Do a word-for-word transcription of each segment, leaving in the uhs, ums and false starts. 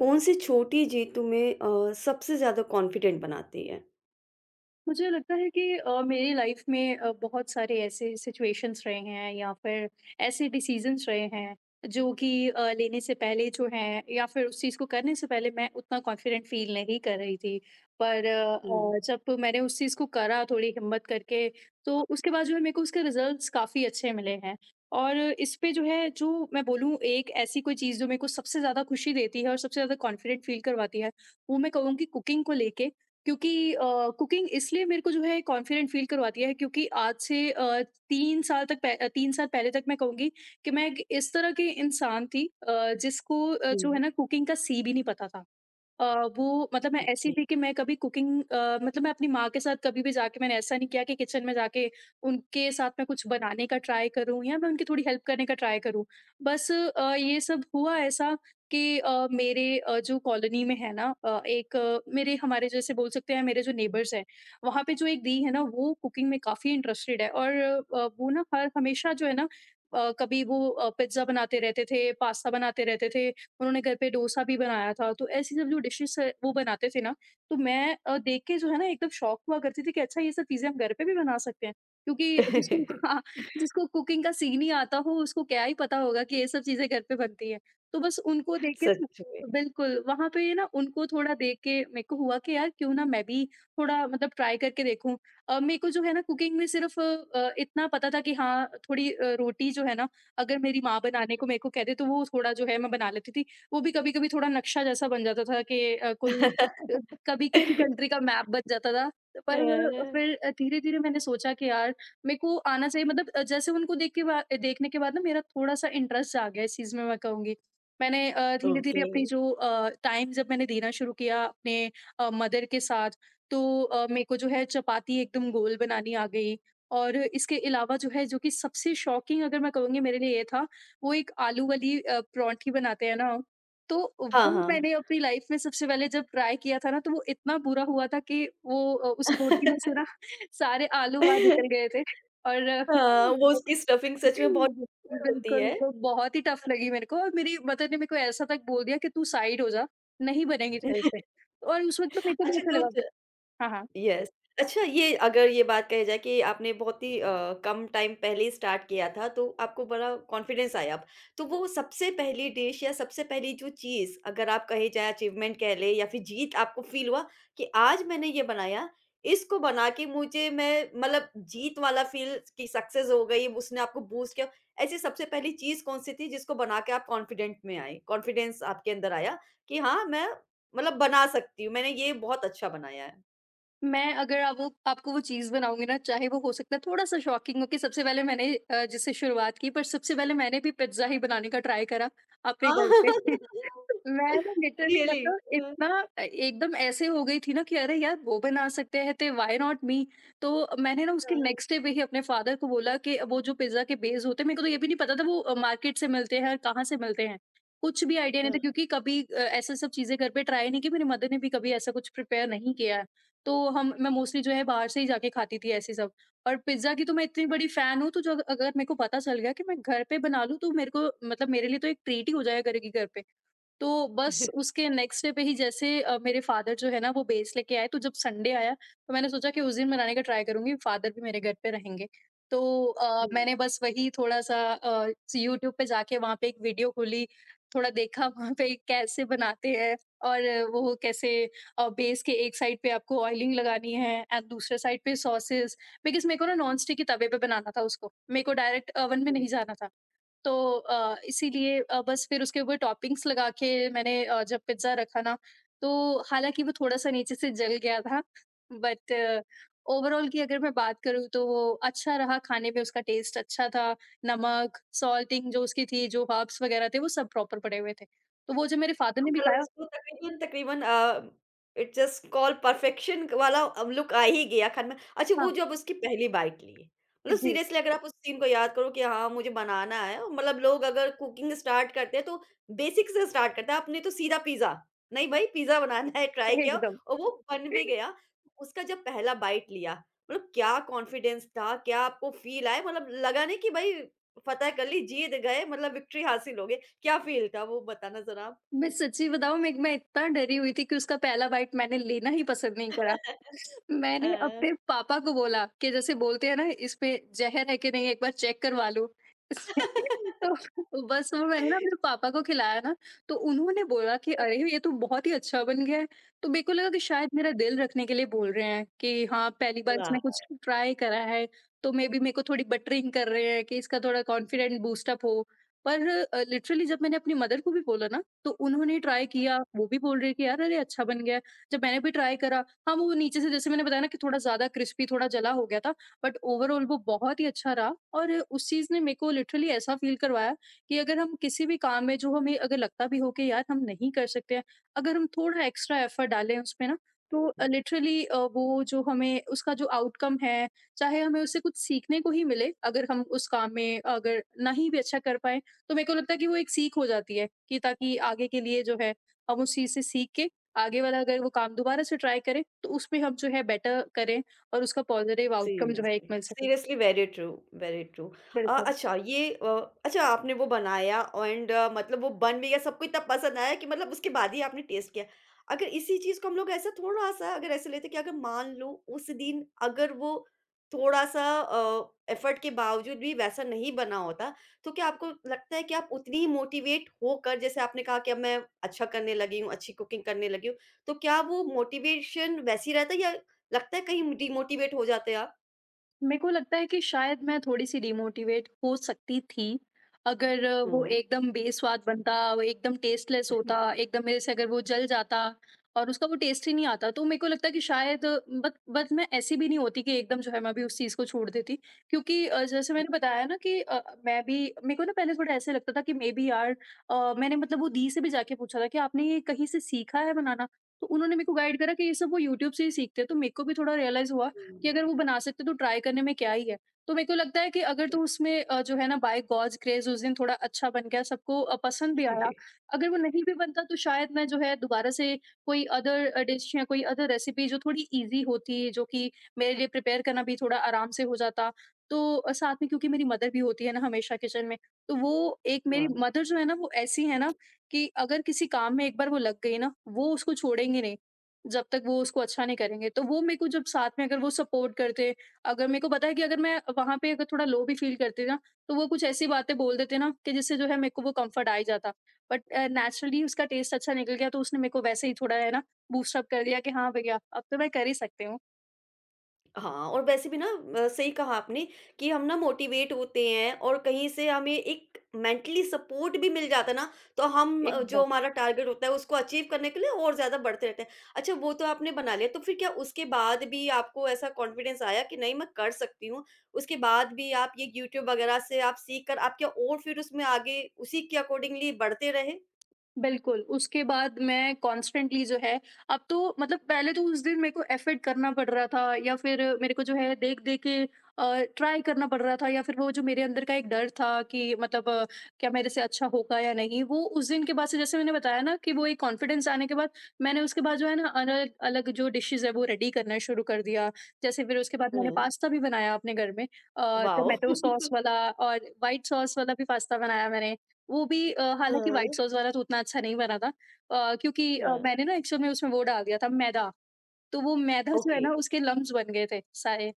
कौन सी छोटी जीत तुम्हें अ, सबसे ज़्यादा कॉन्फिडेंट बनाती है? मुझे लगता है कि अ, मेरी लाइफ में अ, बहुत सारे ऐसे सिचुएशंस रहे हैं या फिर ऐसे डिसीजंस रहे हैं जो कि अ, लेने से पहले जो है या फिर उस चीज़ को करने से पहले मैं उतना कॉन्फिडेंट फील नहीं कर रही थी, पर अ, हुँ। अ, जब मैंने उस चीज़ को करा थोड़ी हिम्मत करके तो उसके बाद जो है मेरे को उसके रिजल्ट्स काफ़ी अच्छे मिले हैं। और इस पे जो है जो मैं बोलूँ एक ऐसी कोई चीज़ जो मेरे को सबसे ज़्यादा खुशी देती है और सबसे ज़्यादा कॉन्फिडेंट फील करवाती है, वो मैं कहूँगी कुकिंग को लेके। क्योंकि अ, कुकिंग इसलिए मेरे को जो है कॉन्फिडेंट फील करवाती है क्योंकि आज से अ, तीन साल तक पह अ, तीन साल पहले तक मैं कहूँगी कि मैं एक इस तरह की इंसान थी, अ, जिसको अ, जो है हुँ। ना कुकिंग का सी भी नहीं पता था। अ, वो मतलब मैं ऐसी ओके। थी कि मैं कभी कुकिंग अ, मतलब मैं अपनी माँ के साथ कभी भी जाके मैंने ऐसा नहीं किया कि किचन में जाके उनके साथ मैं कुछ बनाने का ट्राई करूँ या मैं उनकी थोड़ी हेल्प करने का ट्राई करूँ। बस अ, ये सब हुआ ऐसा कि अ, मेरे अ, जो कॉलोनी में है ना, अ, एक अ, मेरे हमारे जैसे बोल सकते हैं, मेरे जो नेबर्स हैं, वहाँ पे जो एक दी है ना, वो कुकिंग में काफ़ी इंटरेस्टेड है और अ, वो ना हर हमेशा जो है ना, अ, कभी वो अ, पिज़्ज़ा बनाते रहते थे, पास्ता बनाते रहते थे। उन्होंने घर पे डोसा भी बनाया था, तो ऐसी सब जो डिशेज़ है वो बनाते थे ना, तो मैं अ, देख के जो है ना एकदम शॉक हुआ करती थी कि अच्छा ये सब चीज़ें हम घर पे भी बना सकते हैं। क्योंकि जिसको हाँ, जिसको कुकिंग का सीन ही आता हो उसको क्या ही पता होगा कि ये सब चीज़ें घर पे बनती हैं। तो बस उनको देख के, तो सच में। बिल्कुल, वहाँ पे ना उनको थोड़ा देख के मेरे को हुआ कि यार क्यों ना मैं भी थोड़ा मतलब ट्राई करके देखूँ। अ, मेरे को जो है ना कुकिंग में सिर्फ़ अ, अ, इतना पता था कि हाँ, थोड़ी अ, रोटी जो है ना, अगर मेरी माँ बनाने को मेरे को कह दे तो वो थोड़ा जो है मैं बना लेती थी। वो भी कभी-कभी थोड़ा नक्शा जैसा बन जाता था कि अ, कोई अ, कभी किसी कंट्री का मैप बन जाता था। अ, पर फिर अ, धीरे-धीरे मैंने सोचा कि यार मेरे को आना चाहिए, मतलब अ, जैसे उनको देख के बा देखने के बाद ना मेरा थोड़ा-सा इंटरेस्ट जाग गया इस चीज़ में, मैं कहूँगी। मैंने अ, धीरे-धीरे ओके। अपनी जो अ, टाइम जब मैंने देना शुरू किया अपने अ, मदर के साथ, तो अ, मेरे को जो है चपाती एकदम गोल बनानी आ गई। और इसके अलावा जो है, जो कि सबसे शॉकिंग अगर मैं कहूँगी मेरे लिए ये था, वो एक आलू वाली अ, पराँठी बनाते हैं ना, तो हाँ, वो हाँ। मैंने अपनी लाइफ में सबसे पहले जब ट्राई किया था ना, तो वो इतना बुरा हुआ था कि वो, अ, उस रोटी में से ना सारे आलू बाहर निकल गए थे। और हाँ, वो अ, उसकी स्टफिंग सच में बहुत भयंकर होती बिल्कुल, है। तो बहुत ही टफ लगी मेरे को, और मेरी मदर ने मेरे को ऐसा तक बोल दिया कि तू साइड हो जा, नहीं बनेगी तेरे से। और उस वक़्त तो मेरे को भी अच्छा ऐसा तो लगा। च हाँ, हाँ। यस। अच्छा ये अगर ये बात कही जाए कि आपने बहुत ही अ, कम टाइम पहले ही स्टार्ट किया था, तो आपको बड़ा कॉन्फिडेंस आया अब। तो वो सबसे पहली डिश या सबसे पहली जो चीज़ अगर आप कही जाए अचीवमेंट कह लें या फिर जीत आपको फ़ील हुआ कि आज मैंने ये बनाया, इसको बना के मुझे मैं मतलब जीत वाला फ़ील कि सक्सेस हो गई, उसने आपको बूस्ट किया। ऐसी सबसे पहली चीज़ कौन-सी थी जिसको बना के आप कॉन्फिडेंट में आए? कॉन्फिडेंस आपके अंदर आया कि हाँ, मैं मतलब बना सकती हूँ, मैंने ये बहुत अच्छा बनाया है। मैं अगर आप वो आपको वो चीज़ बनाऊँगी ना, चाहे वो हो सकता है थोड़ा-सा शॉकिंग हो कि सबसे पहले मैंने अ, जिससे शुरुआत की, पर सबसे पहले मैंने भी पिज़्ज़ा ही बनाने का ट्राई करा अपने घर पे। मैं ना लिटरली Really? मतलब Uh, इतना अ, एकदम ऐसे हो गई थी ना कि अरे यार वो बना सकते हैं तो व्हाई नॉट मी? तो मैंने ना उसके नेक्स्ट डे पे ही अपने फ़ादर को बोला कि वो जो पिज़्ज़ा के बेस होते हैं, मेरे को तो ये भी नहीं पता था वो अ, मार्केट से मिलते हैं और कहाँ से मिलते हैं। कुछ भी आइडिया नहीं था, uh, क्योंकि कभी अ, ऐसे सब चीज़ें घर पे ट्राई नहीं की, मेरी मदर ने भी कभी ऐसा कुछ प्रिपेयर नहीं किया है। तो हम मैं मोस्टली जो है बाहर से ही जाके खाती थी ऐसे सब। और पिज़्ज़ा की तो मैं इतनी बड़ी फ़ैन हूँ, तो जो अग- अगर मेरे को पता चल गया कि मैं घर पे बना लूँ तो मेरे को, मतलब मेरे लिए तो एक ट्रीट ही हो जाया करेगी घर पे। तो बस uh. उसके नेक्स्ट डे पे ही जैसे अ, मेरे फादर जो है ना वो बेस लेके आए, तो जब संडे आया तो मैंने सोचा कि उस दिन बनाने का ट्राई करूंगी, फादर भी मेरे घर पे रहेंगे। तो अ, मैंने बस वही थोड़ा सा अ, यूट्यूब पे जाके वहाँ पे एक वीडियो खोली, थोड़ा देखा वहाँ पे कैसे बनाते हैं, और वो कैसे बेस के एक साइड पे आपको ऑयलिंग लगानी है एंड दूसरे साइड पे सॉसेस, बिकॉज मेरे को ना नॉन स्टिक के तवे पे बनाना था उसको, मेरे को डायरेक्ट ओवन में नहीं जाना था। तो अ, इसीलिए अ, बस फिर उसके ऊपर टॉपिंग्स लगा के मैंने अ, जब पिज़्ज़ा रखा ना, तो हालाँकि वो थोड़ा-सा नीचे से जल गया था, बट ओवरऑल की अगर मैं बात करूँ तो वो अच्छा रहा खाने में, उसका टेस्ट अच्छा था, नमक, सॉल्टिंग जो उसकी थी, जो हर्ब्स वगैरह थे, वो सब प्रॉपर पड़े हुए थे। तो वो जो मेरे फ़ादर हाँ, ने भी मतलब खाया। उसको तकरीबन तकरीबन uh, it's just called perfection वाला अब लुक आ ही गया खाने में। अच्छा वो हाँ, जब उसकी पहली बाइट ली, मतलब जी, सीरियसली अगर आप उस सीन को याद करो कि हाँ, मुझे बनाना है और मतलब लोग अगर कुकिंग स्टार्ट करते हैं तो बेसिक से स्टार्ट करते हैं, आपने तो सीधा पिज़्ज़ा, नहीं भाई पिज़्ज़ा बनाना है ट्राई किया एकदम। और वो बन भी गया। तो उसका जब पहला बाइट लिया, मतलब क्या कॉन्फिडेंस था, क्या आपको फील आया मतलब लगा नहीं कि भाई फतह कर ली, जीत गए मतलब विक्ट्री हासिल हो गई, क्या फील था वो बताना ज़रा? मैं सच्ची बताऊँ, मैं मैं इतना डरी हुई थी कि उसका पहला बाइट मैंने लेना ही पसंद नहीं करा। मैंने 嗯。अपने पापा को बोला कि जैसे बोलते हैं ना, इसमें ज़हर है कि नहीं एक बार चेक करवा लो। तो बस वो मैंने ना अपने पापा को खिलाया ना, तो उन्होंने बोला कि अरे ये तो बहुत ही अच्छा बन गया है। तो मेरे को लगा कि शायद मेरा दिल रखने के लिए बोल रहे हैं कि हाँ, पहली बार 是吧। इसने कुछ ट्राई करा है, तो मे बी मेरे को थोड़ी बटरिंग कर रहे हैं कि इसका थोड़ा कॉन्फिडेंट बूस्ट अप हो। पर अ, लिटरली जब मैंने अपनी मदर को भी बोला ना, तो उन्होंने ट्राई किया, वो भी बोल रहे हैं कि यार अरे अच्छा बन गया है। जब मैंने भी ट्राई करा, हाँ, वो नीचे से, जैसे मैंने बताया ना, कि थोड़ा ज़्यादा क्रिस्पी थोड़ा जला हो गया था, बट ओवरऑल वो बहुत ही अच्छा रहा। और उस चीज़ ने मेरे को लिटरली ऐसा फ़ील करवाया कि अगर हम किसी भी काम में, जो हमें अगर लगता भी हो कि यार हम नहीं कर सकते हैं, अगर हम थोड़ा एक्स्ट्रा एफ़र्ट डालें उसमें ना, तो अ, लिटरली अ, वो जो हमें उसका जो आउटकम है, चाहे हमें उससे कुछ सीखने को ही मिले, अगर हम उस काम में अगर नहीं भी अच्छा कर पाएँ, तो मेरे को लगता है कि वो एक सीख हो जाती है कि ताकि आगे के लिए जो है हम उस चीज़ से सीख के आगे वाला अगर वो काम दोबारा से ट्राई करें तो उसमें हम जो है बेटर करें और उसका पॉजिटिव आउटकम जो है एक सीरियसली, मिल सके। Seriously very true, very true. अ, बिल्कुल। अच्छा ये अ, अच्छा आपने वो बनाया एंड मतलब वो बन भी गया, सबको इतना पसंद आया कि मतलब उसके बाद ही आपने टेस्ट किया। अगर इसी चीज़ को हम लोग ऐसा थोड़ा-सा अगर ऐसे लेते कि अगर मान लो उस दिन अगर वो थोड़ा-सा अ, एफर्ट के बावजूद भी वैसा नहीं बना होता, तो क्या आपको लगता है कि आप उतनी ही मोटिवेट होकर जैसे आपने कहा कि अब मैं अच्छा करने लगी हूँ, अच्छी कुकिंग करने लगी हूँ, तो क्या वो मोटिवेशन वैसी रहता है या लगता है कहीं डिमोटिवेट हो जाते हैं आप? मेरे को लगता है कि शायद मैं थोड़ी-सी डिमोटिवेट हो सकती थी, अगर वो हाँ। एकदम बेस्वाद बनता, वो एकदम टेस्टलेस होता, एकदम मेरे से अगर वो जल जाता और उसका वो टेस्ट ही नहीं आता, तो मेरे को लगता है कि शायद बट बट मैं ऐसी भी नहीं होती कि एकदम जो है मैं अभी उस चीज़ को छोड़ देती। क्योंकि अ, जैसे मैंने बताया ना कि अ, मैं भी, मेरे को ना पहले थोड़ा ऐसे लगता था कि मेबी यार अ, मैंने मतलब वो दी से भी जाके पूछा था कि आपने ये कहीं से सीखा है बनाना? तो उन्होंने मेरे को गाइड करा कि ये सब वो यूट्यूब से ही सीखते हैं, तो मेरे को भी थोड़ा रियलाइज़ हुआ कि अगर हुँ। वो बना सकते तो ट्राई करने में क्या ही है। तो मेरे को लगता है कि अगर तू उसमें अ, जो है ना बाय गॉड्स ग्रेस उस दिन थोड़ा अच्छा बन गया, सबको अ, पसंद भी आया। अगर वो नहीं भी बनता तो शायद मैं जो है दोबारा से कोई अदर अ, डिश या कोई अदर रेसिपी जो थोड़ी ईज़ी होती, जो कि मेरे लिए प्रिपेयर करना भी थोड़ा आराम से हो जाता। तो अ, साथ में क्योंकि मेरी मदर भी होती है ना हमेशा किचन में, तो वो एक मेरी हाँ। मदर जो है ना वो ऐसी है ना कि अगर किसी काम में एक बार वो लग गई ना, वो उसको छोड़ेंगी नहीं। जब तक वो उसको अच्छा नहीं करेंगे। तो वो मेरे को जब साथ में अगर वो सपोर्ट करते, अगर मेरे को पता है कि अगर मैं वहाँ पे अगर थोड़ा लो भी फ़ील करती ना, तो वो कुछ ऐसी बातें बोल देते ना कि जिससे जो है मेरे को वो कम्फ़र्ट आ ही जाता। बट अ, नेचुरली उसका टेस्ट अच्छा निकल गया तो उसने मेरे को वैसे ही थोड़ा है ना बूस्ट अप कर दिया कि हाँ भैया, अब तो मैं कर ही सकती हूँ। हाँ, और वैसे भी ना अ, सही कहा आपने कि हम ना मोटिवेट होते हैं और कहीं से हमें एक मेंटली सपोर्ट भी मिल जाता है ना, तो हम अ, जो एकदम। हमारा टारगेट होता है उसको अचीव करने के लिए और ज़्यादा बढ़ते रहते हैं। अच्छा वो तो आपने बना लिया, तो फिर क्या उसके बाद भी आपको ऐसा कॉन्फिडेंस आया कि नहीं मैं कर सकती हूँ? उसके बाद भी आप ये यूट्यूब वगैरह से आप सीख कर आप क्या और फिर उसमें आगे उसी के अकॉर्डिंगली बढ़ते रहे? बिल्कुल, उसके बाद मैं कॉन्स्टेंटली जो है अब तो मतलब पहले तो उस दिन मेरे को एफर्ट करना पड़ रहा था या फिर मेरे को जो है देख-देख के अ, ट्राई करना पड़ रहा था या फिर वो जो मेरे अंदर का एक डर था कि मतलब अ, क्या मेरे से अच्छा होगा या नहीं? वो उस दिन के बाद से जैसे मैंने बताया ना कि वो एक कॉन्फिडेंस आने के बाद मैंने उसके बाद जो है ना अलग-अलग जो डिशेज़ है वो रेडी करना शुरू कर दिया। जैसे फिर उसके बाद मैंने हाँ। पास्ता भी बनाया अपने घर में अ, वाओ! टोमेटो सॉस वाला और व्हाइट सॉस वाला भी पास्ता बनाया मैंने। वो भी अ, हालाँकि व्हाइट हाँ, सॉस वाला तो उतना अच्छा नहीं बना था अ, क्योंकि अ, हाँ। मैंने ना एक्चुअल में उसमें वो डाल दिया था मैदा, तो वो मैदा जो है ओके। ना उसके लम्प्स बन गए थे सारे।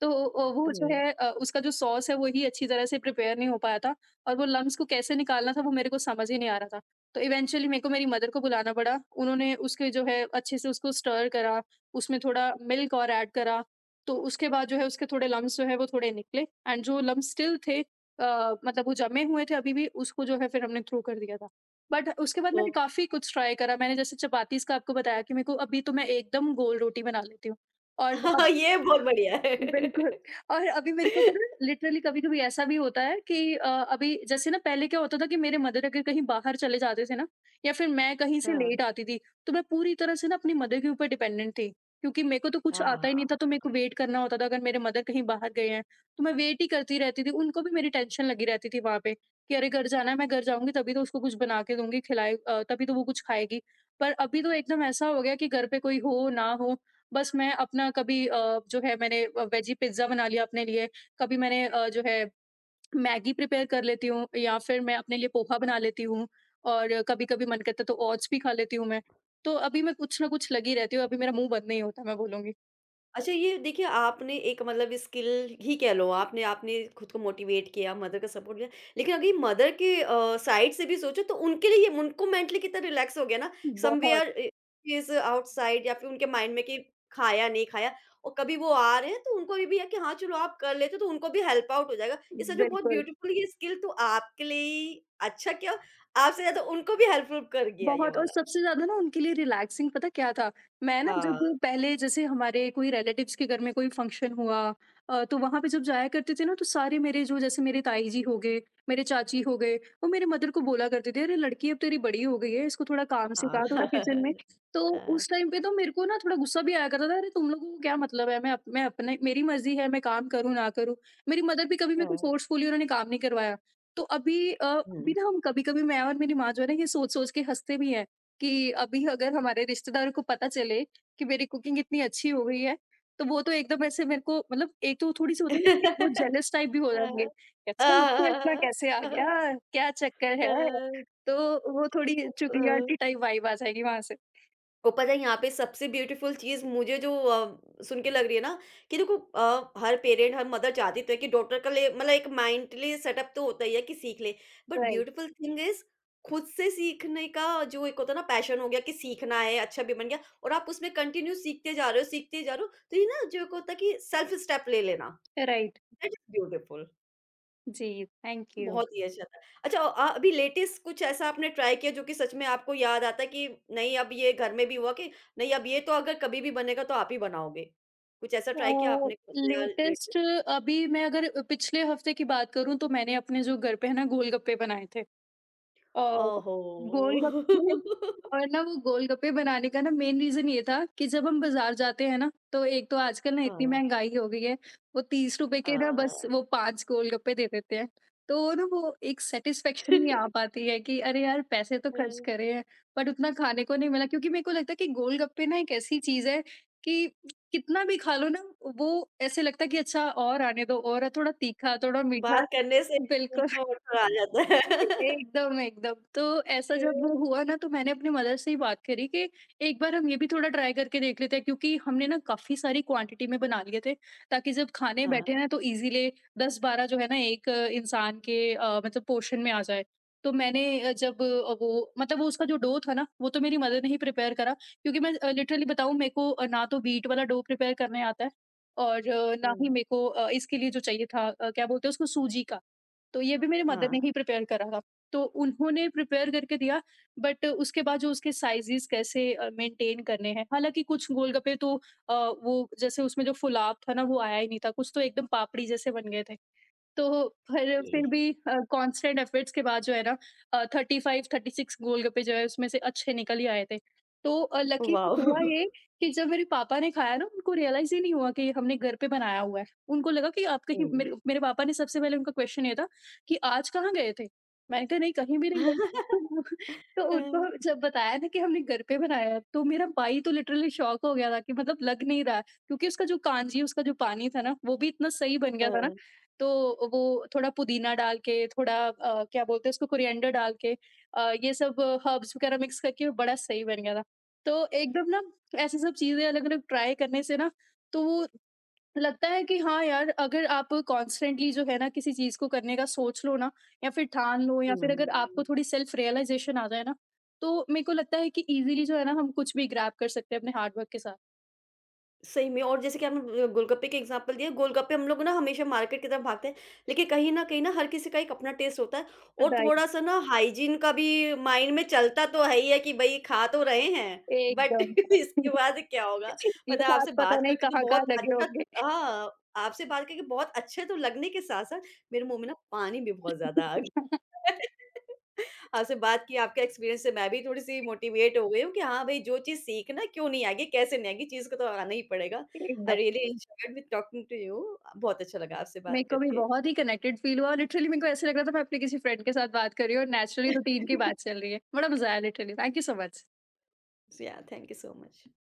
तो अ, वो जो हाँ। है अ, उसका जो सॉस है, वो ही अच्छी तरह से प्रिपेयर नहीं हो पाया था और वो लम्स को कैसे निकालना था, वो मेरे को समझ ही नहीं आ रहा था। तो इवेंचुअली मेरे को मेरी मदर को बुलाना पड़ा। उन्होंने उसके जो है अच्छे से उसको स्टर करा, उसमें थोड़ा मिल्क और ऐड करा, तो उसके बाद जो है उसके थोड़े लम्स जो है वो थोड़े निकले एंड जो लम्स स्टिल थे अ, मतलब वो जमे हुए थे अभी भी, उसको जो है फिर हमने थ्रो कर दिया था। बट उसके बाद ओ। मैंने काफ़ी कुछ ट्राई करा। मैंने जैसे चपातीज़ का आपको बताया कि मेरे को अभी तो मैं एकदम गोल रोटी बना लेती हूँ और हाँ, ये बहुत बढ़िया है। बिल्कुल। और अभी मेरे को तो ना लिटरली कभी-कभी ऐसा भी होता है कि अ, अभी जैसे ना पहले क्या होता था कि मेरे मदर अगर कहीं बाहर चले जाते थे ना या फिर मैं कहीं से हाँ, लेट आती थी, तो मैं पूरी तरह से ना अपनी मदर के ऊपर डिपेंडेंट थी। क्योंकि मेरे को तो कुछ हाँ, आता ही नहीं था, हाँ। तो मेरे को वेट करना होता था अगर मेरे मदर कहीं बाहर गए हैं, तो मैं वेट ही करती रहती थी। उनको भी मेरी टेंशन लगी रहती थी वहाँ पे कि अरे घर जाना है, मैं घर जाऊँगी तभी तो उसको कुछ बना के दूँगी, खिलाए अ, तभी तो वो कुछ खाएगी। पर अभी तो एकदम ऐसा हो गया कि घर पे कोई हो ना हो, बस मैं अपना कभी अ, जो है मैंने अ, वेजी पिज़्ज़ा बना लिया अपने लिए, कभी मैंने अ, जो है मैगी प्रिपेयर कर लेती हूँ या फिर मैं अपने लिए पोहा बना लेती हूँ और कभी-कभी मन करता है तो ओट्स भी खा लेती हूँ मैं। तो अभी मैं कुछ ना कुछ लगी रहती हूँ, अभी मेरा मुँह बंद नहीं होता, मैं बोलूँगी। अच्छा ये देखिए आपने एक मतलब स्किल ही कह लो आपने आपने खुद को मोटिवेट किया, मदर का सपोर्ट लिया। लेकिन अगर ये मदर के अ, साइड से भी सोचो तो उनके लिए ये- उनको मेंटली कितना रिलैक्स हो गया ना बहुत, समवेयर इ इज़ आउटसाइड या फिर उनके माइंड में कि खाया नहीं खाया और कभी वो आ रहे हैं तो उनको ये भी है कि हाँ, चलो आप कर लेते हो तो उनको भी हेल्प आउट हो जाएगा। ये सच में बहुत बिल्कुल। ब्यूटीफुल ये स्किल तो आपके लिए ही अच्छा क्या आपसे ज़्यादा उनको भी हेल्पफुल कर गया ये बहुत, और वाला। सबसे ज़्यादा ना उनके लिए रिलैक्सिंग पता क्या था? मैं ना जब 好，पहले जैसे हमारे कोई रिलेटिव्स के घर में कोई फंक्शन हुआ अ, तो वहाँ पे जब जाया करते थे ना तो सारे मेरे जो जैसे मेरे ताई जी हो गए, मेरे चाची हो गए, वो मेरे मदर को बोला करते थे, "अरे लड़की अब तेरी बड़ी हो गई है, इसको थोड़ा काम 好，सिखा, थोड़ा किचन में।" 呵 तो 呵呵，उस टाइम पे तो मेरे को ना थोड़ा गुस्सा भी आया करता था, "अरे तुम लोगों को क्या मतलब है? मैं अप मैं अपने मेरी मर्ज़ी है, मैं काम करूँ ना करूँ।" मेरी मदर भी कभी मेरे को 嗯 फोर्सफुली उन्होंने काम नहीं करवाया। तो अभी अ, अभी 嗯 ना हम कभी-कभी, मैं और मेरी माँ जो है ना, ये सोच-सोच के हँसते भी हैं कि अभी अगर हमारे रिश्तेदारों को पता चले कि मेरी कुकिंग इतनी अच्छी हो गई है, तो वो तो एकदम ऐसे मेरे को मतलब एक तो थोड़ी-सी होती है ना कि वो जेलस टाइप भी हो 嗯，जाएँगे कि 呵 अच्छा इसको 呵 इतना कैसे आ 呵呵，गया? क्या चक्कर है? 嗯嗯嗯嗯嗯嗯 तो वो थोड़ी 嗯嗯 चुगलियाती 嗯。टाइप वाइब आ जाएगी वहाँ से। और पता है यहाँ पे सबसे ब्यूटीफुल चीज़ मुझे जो अ, सुन के लग रही है ना कि देखो अ, हर पेरेंट हर मदर चाहती तो है कि डॉक्टर का लिए मतलब एक माइंडली सेटअप तो होता ही है कि सीख ले but right, beautiful thing is खुद से सीखने का जो एक होता है ना पैशन हो गया कि सीखना है अच्छा भी बन गया और आप उसमें कंटिन्यू सीखते जा रहे हो सीखते जा रहे हो तो ये ना जो एक होता है कि सेल्फ स्टेप ले लेना राइट। दैट इज ब्यूटीफुल जी, थैंक यू। बहुत ही अच्छा था। अच्छा अ, अभी लेटेस्ट कुछ ऐसा आपने ट्राई किया जो कि सच में आपको याद आता है कि नहीं अब ये घर में भी हुआ कि नहीं अब ये तो अगर कभी भी बनेगा तो आप ही बनाओगे। कुछ ऐसा ट्राई किया अ, आपने कुछ नया लेटेस्ट। लेटेस्ट? अभी मैं अगर पिछले हफ़्ते की बात करूँ तो मैंने अपने जो घर पे है ना गोलगप्पे बनाए थे। और ओहो! गोलगप्पे और ना वो गोलगप्पे बनाने का ना मेन रीज़न ये था कि जब हम बाज़ार जाते हैं ना, तो एक तो आजकल ना अ, इतनी महँगाई हो गई है, वो तीस रुपए के अ, ना बस वो पाँच गोलगप्पे दे देते हैं। तो ना वो एक अ, सैटिस्फैक्शन नहीं आ पाती है कि अरे यार पैसे तो खर्च करे हैं, बट उतना खाने को नहीं मिला, क्योंकि मेरे को लगता है कि गोलगप्पे ना एक ऐसी चीज़ है कि कितना भी खा लो ना, वो ऐसे लगता है कि अच्छा और आने दो, और थोड़ा तीखा, थोड़ा मीठा बात करने से मुँह बिल्कुल। में वाटर आ जाता है। एकदम, एकदम। तो ऐसा अ, जब वो हुआ ना तो मैंने अपनी मदर से ही बात करी कि एक बार हम ये भी थोड़ा ट्राई करके देख लेते हैं, क्योंकि हमने ना काफ़ी सारी क्वांटिटी में बना लिए थे ताकि जब खाने बैठे हाँ, ना तो इज़िली दस बारह जो है ना एक अ, इंसान के अ, मतलब पोर्शन में आ जाए। तो मैंने अ, जब अ, वो मतलब वो उसका जो डो था ना वो तो मेरी मदर ने ही प्रिपेयर करा, क्योंकि मैं अ, लिटरली बताऊँ मेरे को अ, ना तो व्हीट वाला डो प्रिपेयर करने आता है और अ, ना ही हाँ, मेरे को अ, इसके लिए जो चाहिए था अ, क्या बोलते हैं उसको, सूजी का। तो ये भी मेरी मदर हाँ, ने ही प्रिपेयर करा था। तो उन्होंने प्रिपेयर करके दिया, बट उसके बाद जो उसके साइज़ेज़ कैसे अ, मेंटेन करने हैं, हालाँकि कुछ गोलगप्पे तो अ, वो जैसे उसमें जो फुलाव था ना वो आया ही नहीं था, कुछ तो एकदम पापड़ी जैसे बन गए थे। तो पर ये फिर भी अ, कांस्टेंट एफर्ट्स के बाद जो है ना अ, पैंतीस, छत्तीस गोलगप्पे जो है उसमें से अच्छे निकल ही आए थे। तो अ, लकी वाओ! हुआ ये कि जब मेरे पापा ने खाया ना उनको रियलाइज़ ही नहीं हुआ कि हमने घर पे बनाया हुआ है। उनको लगा कि आप कहीं हुँ। मेरे मेरे पापा ने सबसे पहले उनका क्वेश्चन ये था कि आज कहाँ गए थे? मैंने कहा नहीं, कहीं भी नहीं गए। तो वो- तो अ, उनको जब बताया ना कि हमने घर पे बनाया है तो मेरा भाई तो लिटरली शॉक हो गया था कि मतलब लग नहीं रहा है, क्योंकि उसका जो कांजी, उसका जो पानी था ना वो भी इतना सही बन अ, गया था ना। तो वो थोड़ा पुदीना डाल के, थोड़ा अ, क्या बोलते हैं उसको, कोरिएंडर डाल के अ, ये सब हर्ब्स वगैरह मिक्स करके बड़ा सही बन गया था। तो एकदम ना ऐसी सब चीज़ें अलग-अलग ट्राई करने से ना, तो वो लगता है कि हाँ यार, अगर आप कॉन्स्टेंटली जो है ना किसी चीज़ को करने का सोच लो ना या फिर ठान लो, या फिर अगर आपको हुँ। थोड़ी सेल्फ रियलाइज़ेशन आ जाए ना, तो मेरे को लगता है कि ईज़िली जो है ना हम कुछ भी ग्रैब कर सकते हैं अपने हार्ड वर्क के साथ। सही में और जैसे कि आपने अ, गोलगप्पे का एग्ज़ाम्पल दिया, गोलगप्पे हम लोग ना हमेशा मार्केट की तरफ भागते हैं, लेकिन कहीं न कहीं ना हर किसी का एक अपना टेस्ट होता है और राइट, थोड़ा-सा ना हाइजीन का भी माइंड में चलता तो है ही है कि भई खा तो रहे हैं, बट एकदम। इसके बाद क्या होगा? ये पता है बात आपसे पता बात नहीं करके तो कहाँ-कहाँ बहुत लगे अच्छा होंगे। हाँ, आपसे बात करके बहुत अच्छे तो लगने के साथ-साथ मेरे मुँह में ना पानी भी बहुत ज़्यादा आ गया है। आपसे बात की, आपके एक्सपीरियंस से मैं भी थोड़ी-सी मोटिवेट हो गई हूँ कि हाँ भई, जो चीज़ सीखना क्यों नहीं आएगी, कैसे नहीं आएगी, चीज़ को तो आना ही पड़ेगा। आई एकदम। Really enjoyed with talking to you. बहुत अच्छा लगा आपसे मेरे बात को भी करके। बहुत ही कनेक्टेड फ़ील हुआ और लिटरली मेरे को ऐसा लग रहा था मैं अपने किसी फ्रेंड के साथ बात कर रही हूँ और नेचुरली रूटीन की बात चल रही है। बड़ा मज़ा आया literally. Thank you so much. So yeah, thank you so much.